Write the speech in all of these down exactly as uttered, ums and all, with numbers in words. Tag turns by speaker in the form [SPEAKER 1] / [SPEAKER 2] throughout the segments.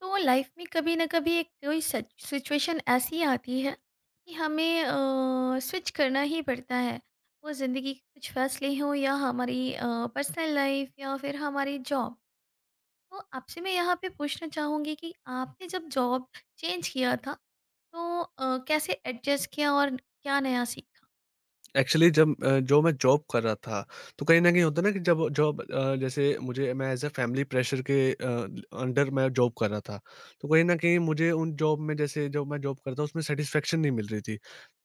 [SPEAKER 1] तो लाइफ में कभी ना कभी एक कोई सिचुएशन ऐसी आती है कि हमें स्विच करना ही पड़ता है। वो ज़िंदगी के कुछ फैसले हों या हमारी पर्सनल लाइफ या फिर हमारी जॉब। तो आपसे मैं यहाँ पे पूछना चाहूँगी कि आपने जब जॉब चेंज किया था तो अ, कैसे एडजस्ट किया और क्या नया सीखा।
[SPEAKER 2] एक्चुअली जब अ, जो मैं जॉब कर रहा था, तो कहीं न कहीं होता है ना कि जब जॉब अ, जैसे मुझे मैं एज़ अ फैमिली प्रेशर के अ, अंडर मैं जॉब कर रहा था। तो कहीं न कहीं मुझे उन जॉब में जैसे जो मैं जॉब करता हूँ उसमें सैटिस्फैक्शन नहीं मिल रही थी।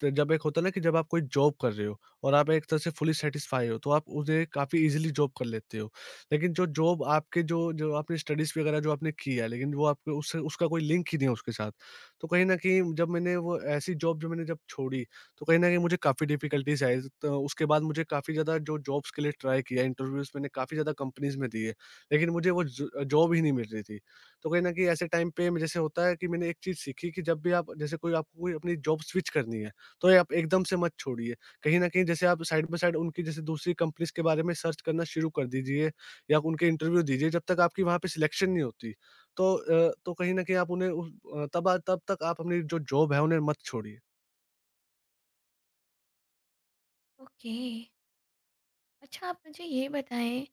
[SPEAKER 2] तो जब एक होता है ना कि जब आप कोई जॉब कर रहे हो और आप एक तरह से फुली सेटिस्फाई हो, तो आप उसे काफ़ी इजीली जॉब कर लेते हो। लेकिन जो जॉब आपके जो जो आपने स्टडीज़ वगैरह जो आपने की है, लेकिन वो आपके उससे उसका कोई लिंक ही नहीं है उसके साथ। तो कहीं न कहीं जब मैंने वो ऐसी जॉब जो मैंने जब छोड़ी, तो कहीं न कहीं मुझे काफ़ी डिफ़िकल्टीज़ आई। तो उसके बाद मुझे काफ़ी ज़्यादा जो जॉब्स के लिए ट्राई किया, इंटरव्यूज़ मैंने काफ़ी ज़्यादा कंपनीज़ में दिए। लेकिन मुझे वो ज जॉब ही नहीं मिल रही थी। तो कहीं न कहीं ऐसे टाइम पे जैसे होता है कि मैंने एक चीज़ सीखी, कि जब भी आप जैसे कोई आपको कोई अपनी जॉब स्विच करनी है, तो ये आप एकदम से मत छोड़िए। कहीं न कहीं जैसे आप साइड बाय साइड उनकी जैसे दूसरी कंपनीज़ के बारे में सर्च करना शुरू कर दीजिए या उनके इंटरव्यू दीजिए जब तक आपकी वहाँ पे सिलेक्शन नहीं होती। तो अ, तो कहीं न कहीं आप उन्हें उस अ, तब तब तक आप अपनी जो जॉब है उन्हें मत छोड़िए।
[SPEAKER 1] ओके। अच्छा आप मुझे ये बताएं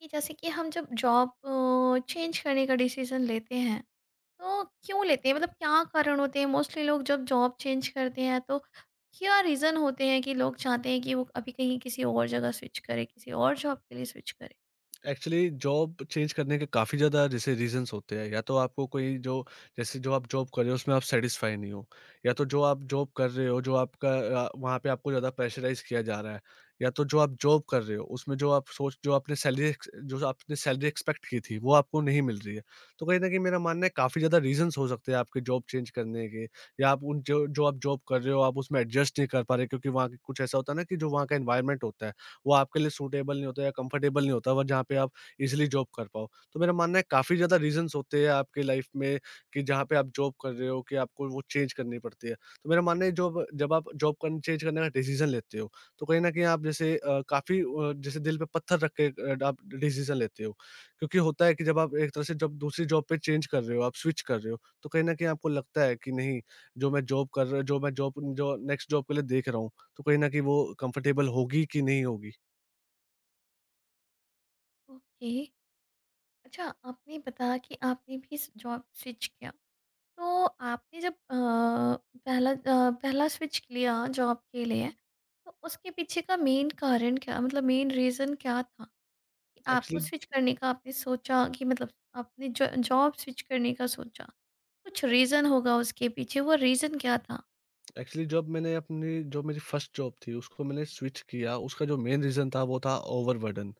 [SPEAKER 1] कि जैसे कि हम जब जॉब चेंज करने का डिसीज़न लेते हैं तो क्यों लेते हैं, मतलब क्या कारण होते हैं? मोस्टली लोग जब जॉब चेंज करते हैं तो क्या रीज़न होते हैं कि लोग चाहते हैं कि वो अभी कहीं किसी और जगह स्विच करे, किसी और जॉब के लिए स्विच करे?
[SPEAKER 2] एक्चुअली जॉब चेंज करने के काफ़ी ज़्यादा जैसे रीजंस होते हैं। या तो आपको कोई जो जैसे जो आप जॉब कर रहे हो उसमें आप सेटिस्फाई नहीं हो, या तो जो आप जॉब कर रहे हो जो आपका अ, वहाँ पे आपको ज़्यादा प्रेशराइज किया जा रहा है, या तो जो आप जॉब कर रहे हो उसमें जो आप सोच जो आपने सैलरी जो आपने सैलरी एक्सपेक्ट की थी वो आपको नहीं मिल रही है। तो कहीं ना कहीं मेरा मानना है काफ़ी ज़्यादा रीजंस हो सकते हैं आपके जॉब चेंज करने के, या आप उन जो जो आप जॉब कर रहे हो आप उसमें एडजस्ट नहीं कर पा रहे, क्योंकि वहाँ के कुछ ऐसा होता है ना कि जो वहाँ का इन्वायरमेंट होता है वो आपके लिए सूटेबल नहीं होता या कंफर्टेबल नहीं होता, वो जहाँ पे आप इज़िली जॉब कर पाओ। तो मेरा मानना है काफ़ी ज़्यादा रीज़न्स होते हैं आपकी लाइफ़ में, कि जहाँ पे आप जॉब कर रहे हो, कि आपको वो चेंज करनी पड़ती है। तो मेरा मानना है जॉब जब आप जॉब करन चेंज करने का डिसीज़न लेते हो, तो कहीं न कहीं आप जैसे अ, काफ़ी अ, जैसे दिल पे पत्थर रख के अ, आप डिसीज़न लेते हो। क्योंकि होता है कि जब आप एक तरह से जब दूसरी जॉब पे चेंज कर रहे हो, आप स्विच कर रहे हो, तो कहीं न कहीं आपको लगता है कि नहीं, जो मैं जॉब कर रहा जो मैं जॉब जो नेक्स्ट जॉब के लिए देख रहा हूँ, तो कहीं न कहीं वो कंफर्टेबल होगी कि नहीं होगी?
[SPEAKER 1] ओके। अच्छा आपने बताया कि आपने भी जॉब स्विच किया, तो आपने जब अ, पहला अ, पहला स्विच किया जॉब के लिए, तो उसके पीछे का मेन कारण क्या, मतलब मेन रीज़न क्या था कि आपको
[SPEAKER 2] एक्चुअली
[SPEAKER 1] स्विच करने का आपने सोचा कि मतलब आपने जॉब स्विच करने का सोचा? कुछ रीज़न होगा उसके पीछे, वो रीज़न क्या था?
[SPEAKER 2] एक्चुअली जब मैंने अपनी जो मेरी फर्स्ट जॉब थी उसको मैंने स्विच किया, उसका जो मेन रीज़न था वो था ओवरबर्डन।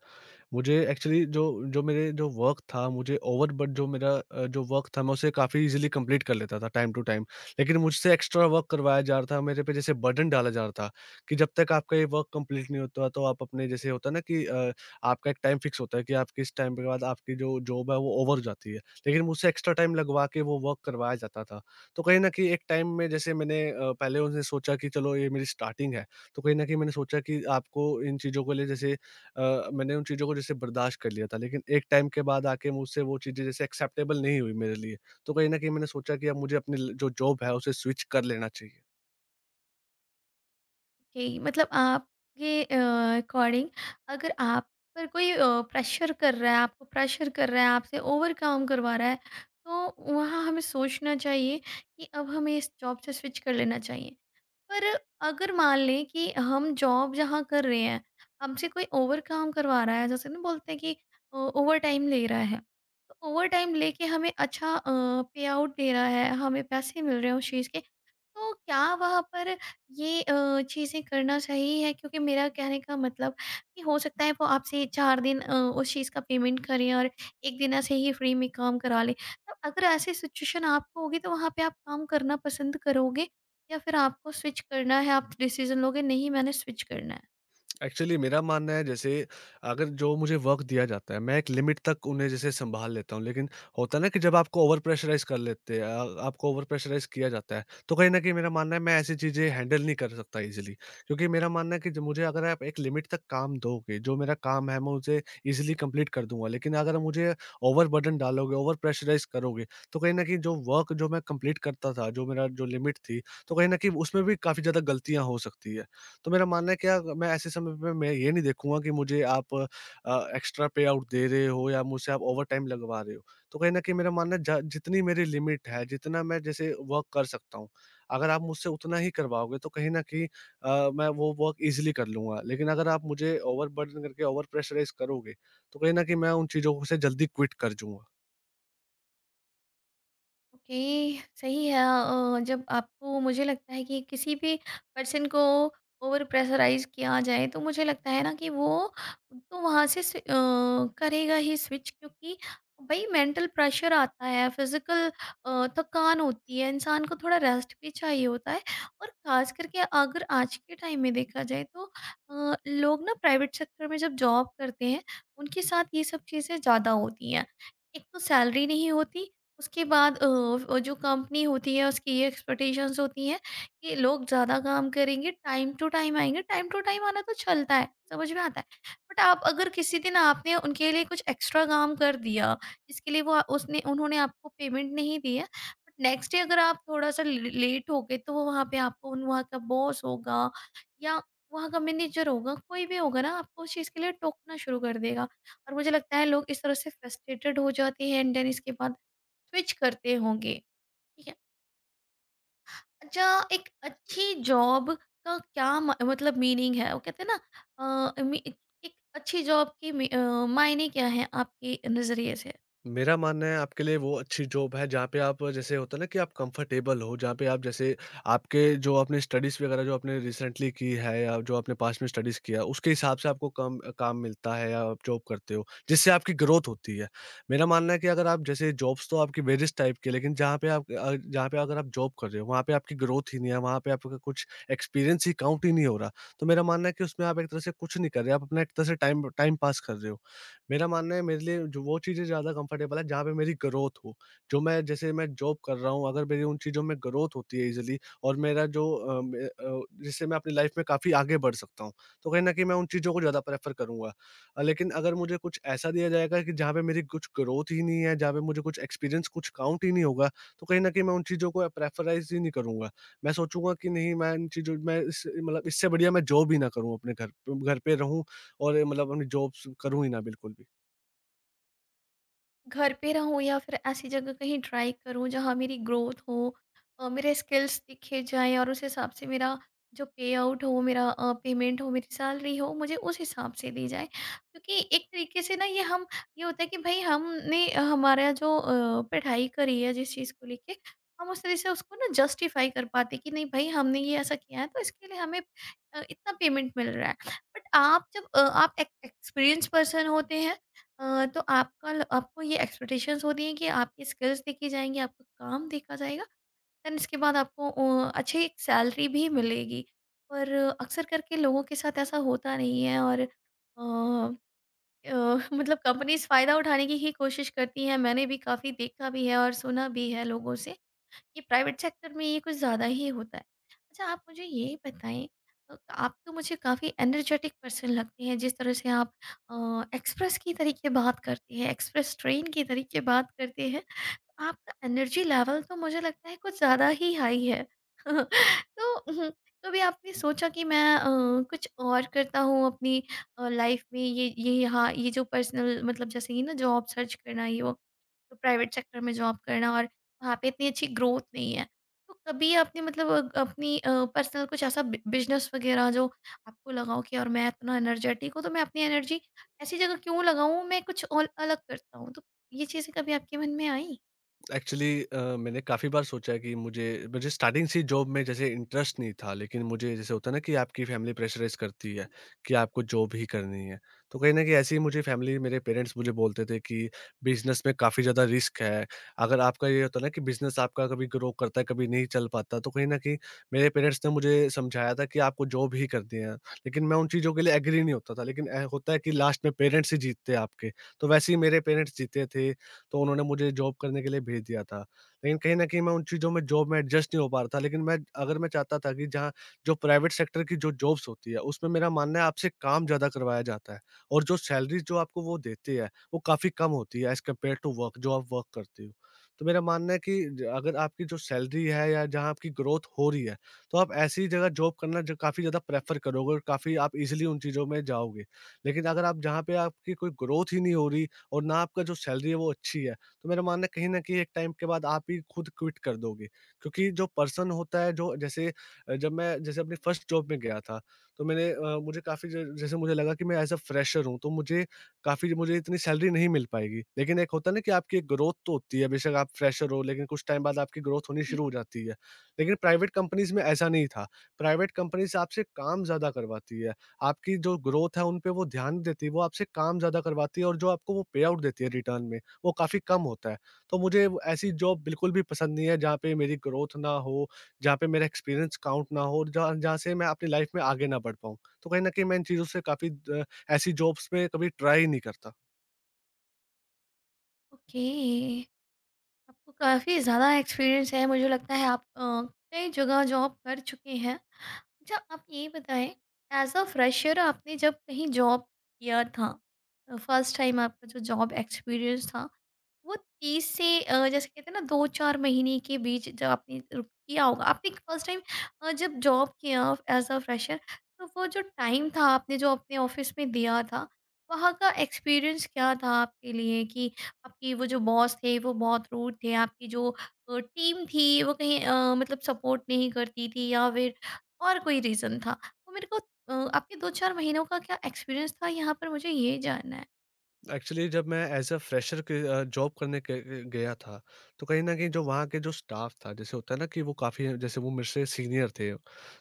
[SPEAKER 2] मुझे एक्चुअली जो जो मेरे जो वर्क था, मुझे ओवर बट जो मेरा अ, जो वर्क था मैं उसे काफ़ी इजीली कंप्लीट कर लेता था टाइम टू टाइम। लेकिन मुझसे एक्स्ट्रा वर्क करवाया जा रहा था, मेरे पे जैसे बर्डन डाला जा रहा था, कि जब तक आपका ये वर्क कंप्लीट नहीं होता तो आप अपने जैसे होता है ना कि अ, आपका एक टाइम फिक्स होता है, कि आप किस टाइम के बाद आपकी जो जॉब है वो ओवर हो जाती है। लेकिन मुझसे एक्स्ट्रा टाइम लगवा के वो वर्क करवाया जाता था। तो कहीं न कहीं एक टाइम में जैसे मैंने अ, पहले उनसे सोचा कि चलो ये मेरी स्टार्टिंग है, तो कहीं न कहीं मैंने सोचा कि आपको इन चीज़ों के लिए जैसे अ, मैंने उन चीज़ों को जैसे बर्दाश्त कर लिया था, लेकिन एक टाइम के बाद आके मुझसे वो चीज़ें जैसे एक्सेप्टेबल नहीं हुई मेरे लिए। तो कहीं न कहीं मैंने सोचा कि अब मुझे अपनी ल जो जॉब है उसे स्विच कर लेना चाहिए।
[SPEAKER 1] कि मतलब आपके अ, अकॉर्डिंग, अगर आप पर कोई अ, प्रेशर कर रहा है, आपको प्रेशर कर रहा है, आपसे ओवर काम करवा रहा है, तो वहाँ हमें सोचना चाहिए कि अब हमें इस जॉब से स्विच कर लेना चाहिए। पर अगर मान लें कि हम जॉब जहाँ कर रहे हैं, हमसे कोई ओवर काम करवा रहा है, जैसे ना बोलते हैं कि अ, ओवरटाइम ले रहा है, तो ओवरटाइम लेके हमें अच्छा अ, पे आउट दे रहा है, हमें पैसे मिल रहे हैं उस चीज़ के, तो क्या वहाँ पर ये अ, चीज़ें करना सही है? क्योंकि मेरा कहने का मतलब कि हो सकता है वो आपसे चार दिन अ, उस चीज़ का पेमेंट करें और एक दिन ऐसे ही फ्री में काम करा लें। तो अगर ऐसी सिचुएशन आपको होगी तो वहाँ पे आप काम करना पसंद करोगे या फिर आपको स्विच करना है, आप डिसीज़न लोगे नहीं, मैंने स्विच करना है?
[SPEAKER 2] एक्चुअली मेरा मानना है जैसे, अगर जो मुझे वर्क दिया जाता है, मैं एक लिमिट तक उन्हें जैसे संभाल लेता हूँ, लेकिन होता है ना कि जब आपको ओवर प्रेशराइज कर लेते हैं, आ- आपको ओवर प्रेशराइज किया जाता है, तो कहीं ना कहीं मेरा मानना है मैं ऐसी चीज़ें हैंडल नहीं कर सकता इजीली। क्योंकि मेरा मानना है कि जो मुझे, अगर आप एक लिमिट तक काम दोगे, जो मेरा काम है मैं उसे इजीली कंप्लीट कर दूंगा, लेकिन अगर मुझे ओवर बर्डन डालोगे, ओवर प्रेशराइज करोगे, तो कहीं ना कहीं जो वर्क जो मैं कंप्लीट करता था, जो मेरा जो लिमिट थी, तो कहीं ना कहीं उसमें भी काफ़ी ज़्यादा गलतियाँ हो सकती है। तो मेरा मानना है क्या मैं ऐसे समय पे मैं ये नहीं देखूँगा कि मुझे आप अ, एक्स्ट्रा पे आउट दे रहे हो या मुझसे आप ओवरटाइम लगवा रहे हो। तो कहीं न कहीं मेरा मानना है ज जितनी मेरी लिमिट है, जितना मैं जैसे वर्क कर सकता हूँ, अगर आप मुझसे उतना ही करवाओगे, तो कहीं न कहीं अ, मैं वो वर्क ईज़िली कर लूँगा। लेकिन अगर आप मुझे ओवरबर्डन करके ओवर प्रेशराइज़ करोगे, तो कहीं न कहीं मैं उन चीज़ों को से जल्दी क्विट कर जाऊँगा।
[SPEAKER 1] ओके, सही है। अ, जब आपको मुझे लगता है कि किसी भी पर्सन को ओवर प्रेशराइज किया जाए तो मुझे लगता है ना कि वो तो वहाँ से स्वि- अ, करेगा ही स्विच, क्योंकि भाई मेंटल प्रेशर आता है, फिजिकल थकान होती है, इंसान को थोड़ा रेस्ट भी चाहिए होता है। और खास करके अगर आज के टाइम में देखा जाए तो अ, लोग ना प्राइवेट सेक्टर में जब जॉब करते हैं, उनके साथ ये सब चीज़ें ज़्यादा होती हैं। एक तो सैलरी नहीं होती, उसके बाद अ, वो जो कंपनी होती है उसकी ये एक्सपेक्टेशंस होती हैं कि लोग ज़्यादा काम करेंगे, टाइम टू टाइम आएँगे। टाइम टू टाइम आना तो चलता है, समझ में आता है। बट आप अगर किसी दिन आपने उनके लिए कुछ एक्स्ट्रा काम कर दिया, जिसके लिए वो आ- उसने उन्होंने आपको पेमेंट नहीं दी है, बट नेक्स्ट डे अगर आप थोड़ा-सा ल लेट हो गए, तो वो वहाँ पे आपको उन वहाँ का बॉस होगा या वहाँ का मैनेजर होगा, कोई भी होगा ना, आपको उस चीज़ के लिए टोकना शुरू कर देगा। और मुझे लगता है लोग इस तरह से फ्रस्ट्रेटेड हो जाते हैं, एंड देन इसके बाद स्विच करते होंगे। ठीक है। अच्छा, एक अच्छी जॉब का क्या म- मतलब मीनिंग है, वो कहते हैं ना, अ, मी- एक अच्छी जॉब की मी- अ, मायने क्या है आपके नज़रिए से?
[SPEAKER 2] मेरा मानना है आपके लिए वो अच्छी जॉब है जहाँ पे आप जैसे होता है ना कि आप कंफर्टेबल हो, जहाँ पे आप जैसे आपके जो आपने स्टडीज़ वगैरह जो आपने रिसेंटली की है या जो आपने पास्ट में स्टडीज़ किया उसके हिसाब से आपको काम काम मिलता है, या आप जॉब करते हो जिससे आपकी ग्रोथ होती है। मेरा मानना है कि अगर आप जैसे जॉब्स तो आपकी वेरियस टाइप की है, लेकिन जहाँ पे आप अ, जहाँ पे अगर आप जॉब कर रहे हो वहाँ पे आपकी ग्रोथ ही नहीं है, वहाँ पे आपका कुछ एक्सपीरियंस ही काउंट ही नहीं हो रहा। तो मेरा मानना है कि उसमें आप एक तरह से कुछ नहीं कर रहे, आप अपना एक तरह से टाइम टाइम पास कर रहे हो। मेरा मानना है मेरे लिए जो वो चीज़ें ज़्यादा कंफर्टेबल है जहाँ पे मेरी ग्रोथ हो। जो मैं जैसे मैं जॉब कर रहा हूँ, अगर मेरी उन चीज़ों में ग्रोथ होती है इज़िली, और मेरा जो अ, मे अ, जिससे मैं अपनी लाइफ़ में काफ़ी आगे बढ़ सकता हूँ, तो कहीं न कहीं मैं उन चीज़ों को ज़्यादा प्रेफ़र करूँगा। अ, लेकिन अगर मुझे कुछ ऐसा दिया जाएगा कि जहाँ पे मेरी कुछ ग्रोथ ही नहीं है, जहाँ पे मुझे कुछ एक्सपीरियंस कुछ काउंट ही नहीं होगा, तो कहीं न कहीं मैं उन चीज़ों को प्रेफ़राइज़ ही नहीं करूँगा। मैं सोचूँगा कि नहीं, मैं इन चीज़ों मैं इस मतलब इससे बढ़िया मैं जॉब ही ना करूँ, अपने घर प घर पे रहूँ और मतलब अपनी जॉब्स करूँ ही ना बिल्कुल भी।
[SPEAKER 1] घर पे रहूँ या फिर ऐसी जगह कहीं ट्राई करूँ जहाँ मेरी ग्रोथ हो, अ, मेरे स्किल्स दिखे जाएँ और उस हिसाब से मेरा जो पे आउट हो, मेरा अ, पेमेंट हो, मेरी सैलरी हो, मुझे उस हिसाब से दी जाए। क्योंकि एक तरीके से ना ये हम, ये होता है कि भाई हमने अ, हमारा जो अ, पढ़ाई करी है, जिस चीज़ को लेके हम उस तरह से उसको ना जस्टिफाई कर पाते कि नहीं भाई हमने ये ऐसा किया है तो इसके लिए हमें अ, इतना पेमेंट मिल रहा है। बट आप जब अ, आप एक एक्सपीरियंस पर्सन होते हैं, अ, तो आपका ल आपको ये एक्सपेक्टेशंस होती हैं कि आपकी स्किल्स देखी जाएँगी, आपका काम देखा जाएगा, देन इसके बाद आपको अ, अच्छी एक सैलरी भी मिलेगी। पर अक्सर करके लोगों के साथ ऐसा होता नहीं है, और अ अ, मतलब कंपनीज़ फ़ायदा उठाने की ही कोशिश करती हैं। मैंने भी काफ़ी देखा भी है और सुना भी है लोगों से। ये प्राइवेट सेक्टर में ये कुछ ज़्यादा ही होता है। अच्छा आप मुझे ये बताएँ, अ, आप तो मुझे काफ़ी एनर्जेटिक पर्सन लगते हैं, जिस तरह से आप अ, एक्सप्रेस की तरीके बात करते हैं, एक्सप्रेस ट्रेन की तरीके बात करते हैं। आपका एनर्जी लेवल तो मुझे लगता है कुछ ज़्यादा ही हाई है। तो उहुँ, कभी आपने सोचा कि मैं अ, कुछ और करता हूँ अपनी अ, लाइफ में? ये ये यहाँ ये जो पर्सनल मतलब जैसे कि ना जॉब सर्च करना ये वो, तो प्राइवेट सेक्टर में जॉब करना और वहाँ पे इतनी अच्छी ग्रोथ नहीं है। तो कभी आपने मतलब अ, अपनी अ, पर्सनल कुछ ऐसा बि बिज़नेस वग़ैरह जो आपको लगा हो कि यार मैं इतना एनर्जेटिक हूँ, तो मैं अपनी एनर्जी ऐसी जगह क्यों लगाऊँ, मैं कुछ और अलग करता हूँ? तो ये चीज़ें कभी आपके मन में आई?
[SPEAKER 2] एक्चुअली अ, मैंने काफ़ी बार सोचा है कि मुझे मुझे स्टार्टिंग से जॉब में जैसे इंटरेस्ट नहीं था, लेकिन मुझे जैसे होता है ना कि आपकी फैमिली प्रेशराइज़ करती है कि आपको जॉब ही करनी है। तो कहीं न कहीं ऐसे ही मुझे फैमिली मेरे पेरेंट्स मुझे बोलते थे कि बिज़नेस में काफ़ी ज़्यादा रिस्क है। अगर आपका ये होता है ना कि बिज़नेस आपका कभी ग्रो करता है, कभी नहीं चल पाता, तो कहीं न कहीं मेरे पेरेंट्स ने मुझे समझाया था कि आपको जॉब ही करनी है। लेकिन मैं उन चीज़ों के लिए एग्री नहीं होता था, लेकिन ए होता है कि लास्ट में पेरेंट्स ही जीतते हैं आपके। तो वैसे ही मेरे पेरेंट्स जीते थे, तो उन्होंने मुझे जॉब करने के लिए भेज दिया था। लेकिन कहीं न कहीं मैं उन चीज़ों में जॉब में एडजस्ट नहीं हो पा रहा था। लेकिन मैं अगर मैं चाहता था कि जहाँ जो प्राइवेट सेक्टर की जो जॉब्स होती है, उसमें मेरा मानना है आपसे काम ज़्यादा करवाया जाता है, और जो सैलरी जो आपको वो देते हैं, वो काफ़ी कम होती है एज़ कम्पेयर टू वर्क जो आप वर्क करते हो। तो मेरा मानना है कि ज अगर आपकी जो सैलरी है या जहाँ आपकी ग्रोथ हो रही है, तो आप ऐसी जगह जॉब करना जो काफ़ी ज़्यादा प्रेफ़र करोगे और काफ़ी आप ईज़िली उन चीज़ों में जाओगे। लेकिन अगर आप जहाँ पे आपकी कोई ग्रोथ ही नहीं हो रही और ना आपका जो सैलरी है वो अच्छी है, तो मेरा मानना है कहीं न कहीं एक टाइम के बाद आप ही खुद क्विट कर दोगे। क्योंकि जो पर्सन होता है जो जैसे अ, जब मैं जैसे अपनी फर्स्ट जॉब में गया था, तो मैंने अ, मुझे काफ़ी ज जैसे मुझे लगा कि मैं एज़ अ फ्रेशर हूँ तो मुझे काफ़ी मुझे इतनी सैलरी नहीं मिल पाएगी। लेकिन एक होता है ना कि आपकी एक ग्रोथ तो होती है, बेशक आप फ्रेशर हो, लेकिन कुछ टाइम बाद आपकी ग्रोथ होनी
[SPEAKER 1] जी।
[SPEAKER 2] शुरू हो जाती है। लेकिन प्राइवेट कंपनीज़ में ऐसा नहीं था। प्राइवेट कंपनीज़ आपसे काम ज़्यादा करवाती है। आपकी जो ग्रोथ है उन पे वो ध्यान नहीं देती, वो आपसे काम ज़्यादा करवाती है और जो आपको वो पे आउट देती है रिटर्न में, वो काफ़ी कम होता है। तो मुझे वो ऐसी जॉब बिल्कुल भी पसंद नहीं है जहाँ पे मेरी ग्रोथ ना हो, जहाँ पे मेरा एक्सपीरियंस काउंट ना हो और जहाँ जहाँ से मैं अपनी लाइफ में आगे ना बढ़ पाऊँ। तो कहीं न कहीं मैं इन चीज़ों से काफ़ी द ऐसी जॉब्स में कभी ट्राई ही नहीं करता।
[SPEAKER 1] ओके। आपको काफ़ी ज़्यादा एक्सपीरियंस है, मुझे लगता है आप अ, कई जगह जॉब कर चुके हैं। अच्छा आप ये बताएँ, एज़ अ फ्रेशर आपने जब कहीं जॉब किया था, फर्स्ट टाइम आपका जो जॉब एक्सपीरियंस था, वो तीस से अ, जैसे कहते हैं ना दो से चार महीने के बीच जब आपने र किया होगा, आपने फर्स्ट टाइम अ, जब जॉब किया एज़ अ फ्रेशर, तो वो जो टाइम था आपने जो अपने ऑफ़िस में दिया था, वहाँ का एक्सपीरियंस क्या था आपके लिए? कि आपकी वो जो बॉस थे वो बहुत रूड थे, आपकी जो अ, टीम थी वो कहीं अ, मतलब सपोर्ट नहीं करती थी, या फिर और कोई रीज़न था? वो मेरे को अ, आपके दो से चार महीनों का क्या एक्सपीरियंस था, यहाँ पर मुझे ये जानना है?
[SPEAKER 2] एक्चुअली जब मैं एज़ अ फ्रेशर के अ, जॉब करने के अ, गया था, तो कहीं न कहीं जो वहाँ के जो स्टाफ था, जैसे होता है ना कि वो काफ़ी जैसे वो मेरे से सीनियर थे,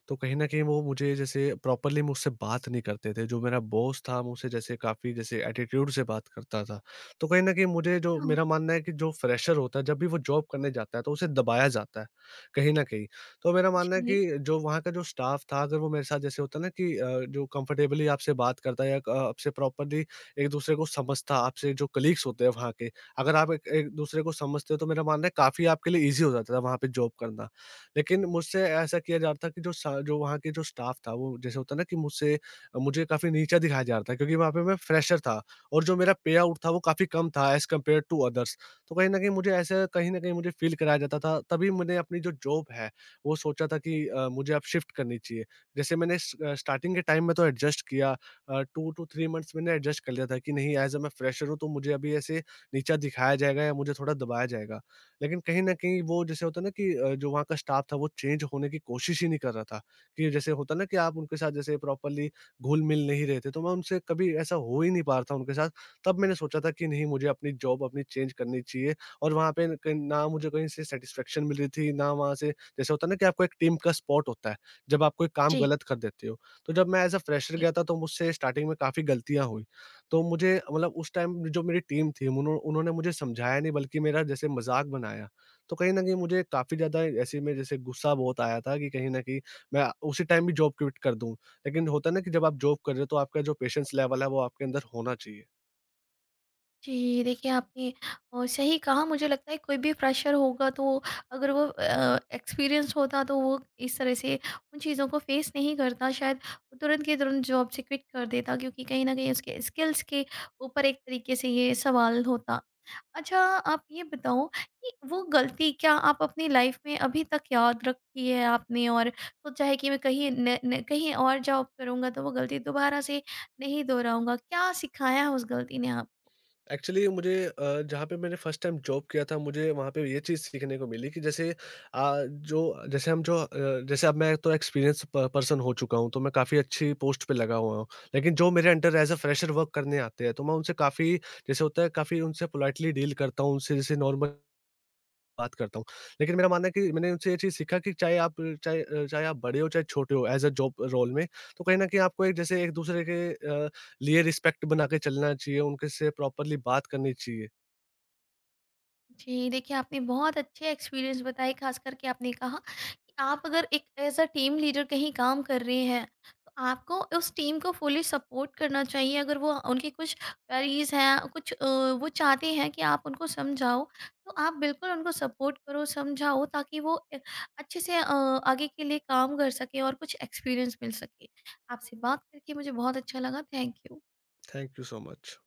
[SPEAKER 2] तो कहीं न कहीं वो मुझे जैसे प्रॉपर्ली मुझसे बात नहीं करते थे। जो मेरा बॉस था, मुझसे जैसे काफ़ी जैसे एटीट्यूड से बात करता था। तो कहीं न कहीं मुझे जो
[SPEAKER 1] हाँ।
[SPEAKER 2] मेरा मानना है कि जो फ्रेशर होता है, जब भी वो जॉब करने जाता है, तो उसे दबाया जाता है, कहीं न कहीं। तो मेरा मानना है
[SPEAKER 1] जी।
[SPEAKER 2] कि जो वहाँ का जो स्टाफ था, अगर वो मेरे साथ जैसे होता है ना कि अ, जो कम्फ़र्टेबली आपसे बात करता है या क आपसे प्रॉपर्ली एक दूसरे को समझता, आपसे जो कलीग्स होते हैं वहाँ के, अगर आप एक एक दूसरे को समझते हो तो मेरा मानना है काफ़ी आपके लिए ईज़ी हो जाता था वहाँ पे जॉब करना। लेकिन मुझसे ऐसा किया जाता था कि जो सा जो वहाँ के जो स्टाफ था वो जैसे होता है ना कि मुझसे मुझे काफ़ी नीचा दिखाया जा रहा था क्योंकि वहाँ पे मैं फ्रेशर था और जो मेरा पे आउट था वो काफ़ी कम था एज़ कम्पेयर टू अदर्स। तो कहीं न कहीं मुझे ऐसा कहीं न कहीं मुझे फ़ील कराया जाता था, तभी मैंने अपनी जो जॉब है वो सोचा था कि अ, मुझे अब शिफ्ट करनी चाहिए। जैसे मैंने स स्टार्टिंग के टाइम में तो एडजस्ट किया अ, 2 टू थ्री मंथ्स मैंने एडजस्ट कर लिया था कि नहीं एज़ अ मैं फ्रेशर हूँ तो मुझे अभी ऐसे नीचा दिखाया जाएगा या मुझे थोड़ा दबाया जाएगा। लेकिन कहीं न कहीं वो जैसे होता है ना कि अ, जो वहाँ का स्टाफ था वो चेंज होने की कोशिश ही नहीं कर रहा था, कि जैसे होता है ना कि आप उनके साथ जैसे प्रॉपर्ली घुल-मिल नहीं रहे थे, तो मैं उनसे कभी ऐसा हो ही नहीं पा रहा था उनके साथ। तब मैंने सोचा था कि नहीं मुझे अपनी जॉब अपनी चेंज करनी चाहिए और वहाँ पे क ना मुझे कहीं से सैटिस्फैक्शन मिली थी, ना वहाँ से जैसे होता है ना कि आपको एक टीम का सपोर्ट होता है, जब आप कोई काम
[SPEAKER 1] जी, जी।
[SPEAKER 2] गलत कर देते हो। तो जब मैं एज़ अ फ्रेशर गया था तो मुझसे स्टार्टिंग में काफ़ी गलतियाँ हुई। तो मुझे मतलब उस टाइम जो मेरी टीम थी उन्हो उन्होंने मुझे समझाया नहीं बल्कि मेरा जैसे मज़ाक बनाया। तो कहीं न कहीं मुझे काफ़ी ज़्यादा ऐसे में जैसे गुस्सा बहुत आया था कि कहीं न कहीं मैं उसी टाइम भी जॉब क्विट कर दूँ। लेकिन होता है ना कि जब आप जॉब कर रहे हो तो आपका जो पेशेंस लेवल है वो आपके अंदर होना चाहिए।
[SPEAKER 1] जी, देखिए आपने अ, सही कहा। मुझे लगता है कोई भी फ्रेशर होगा तो अगर वो अ, एक्सपीरियंस होता तो वो इस तरह से उन चीज़ों को फेस नहीं करता शायद, वो तुरंत के तुरंत जॉब से क्विट कर देता, क्योंकि कहीं न कहीं उसके स्किल्स के ऊपर एक तरीके से ये सवाल होता। अच्छा आप ये बताओ कि वो गलती क्या आप अपनी लाइफ में अभी तक याद रखी है आपने, और सोचा है कि मैं कहीं न न कहीं और जॉब करूँगा तो वो गलती दोबारा से नहीं दोहराऊँगा? क्या सिखाया है उस गलती ने आप?
[SPEAKER 2] एक्चुअली मुझे अ, जहाँ पे मैंने फर्स्ट टाइम जॉब किया था मुझे वहाँ पे ये चीज़ सीखने को मिली कि जैसे अ, जो जैसे हम जो अ, जैसे अब मैं तो एक्सपीरियंस पर्सन हो चुका हूँ तो मैं काफ़ी अच्छी पोस्ट पे लगा हुआ हूँ। लेकिन जो मेरे under as a fresher work करने आते हैं तो मैं उनसे काफ़ी जैसे होता है काफ़ी उनसे पोलाइटली डील करता हूँ, उनसे जैसे नॉर्मल बात करता हूँ। लेकिन मेरा मानना है कि मैंने उनसे ये चीज़ सीखा कि चाहे आप चाहे अ, चाहे आप बड़े हो चाहे छोटे हो एज़ अ जॉब रोल में, तो कहीं न कहीं आपको एक जैसे एक-दूसरे के अ, लिए रिस्पेक्ट बना के चलना चाहिए, उनके से प्रॉपर्ली बात करनी चाहिए।
[SPEAKER 1] जी, देखिए आपने बहुत अच्छे एक्सपीरियंस बताए, खास करके आपने कहा कि आप अगर एक एज़ अ टीम लीडर कहीं काम कर रहे हैं, तो आपको उस टीम को फुली सपोर्ट करना चाहिए। अगर वो उनकी कुछ क्वेरीज़ हैं, कुछ अ, वो चाहते हैं कि आप उनको समझाओ, तो आप बिल्कुल उनको सपोर्ट करो, समझाओ, ताकि वो अ, अच्छे से अ, आगे के लिए काम कर सकें और कुछ एक्सपीरियंस मिल सके। आपसे बात करके मुझे बहुत अच्छा लगा, thank you.
[SPEAKER 2] Thank you so much.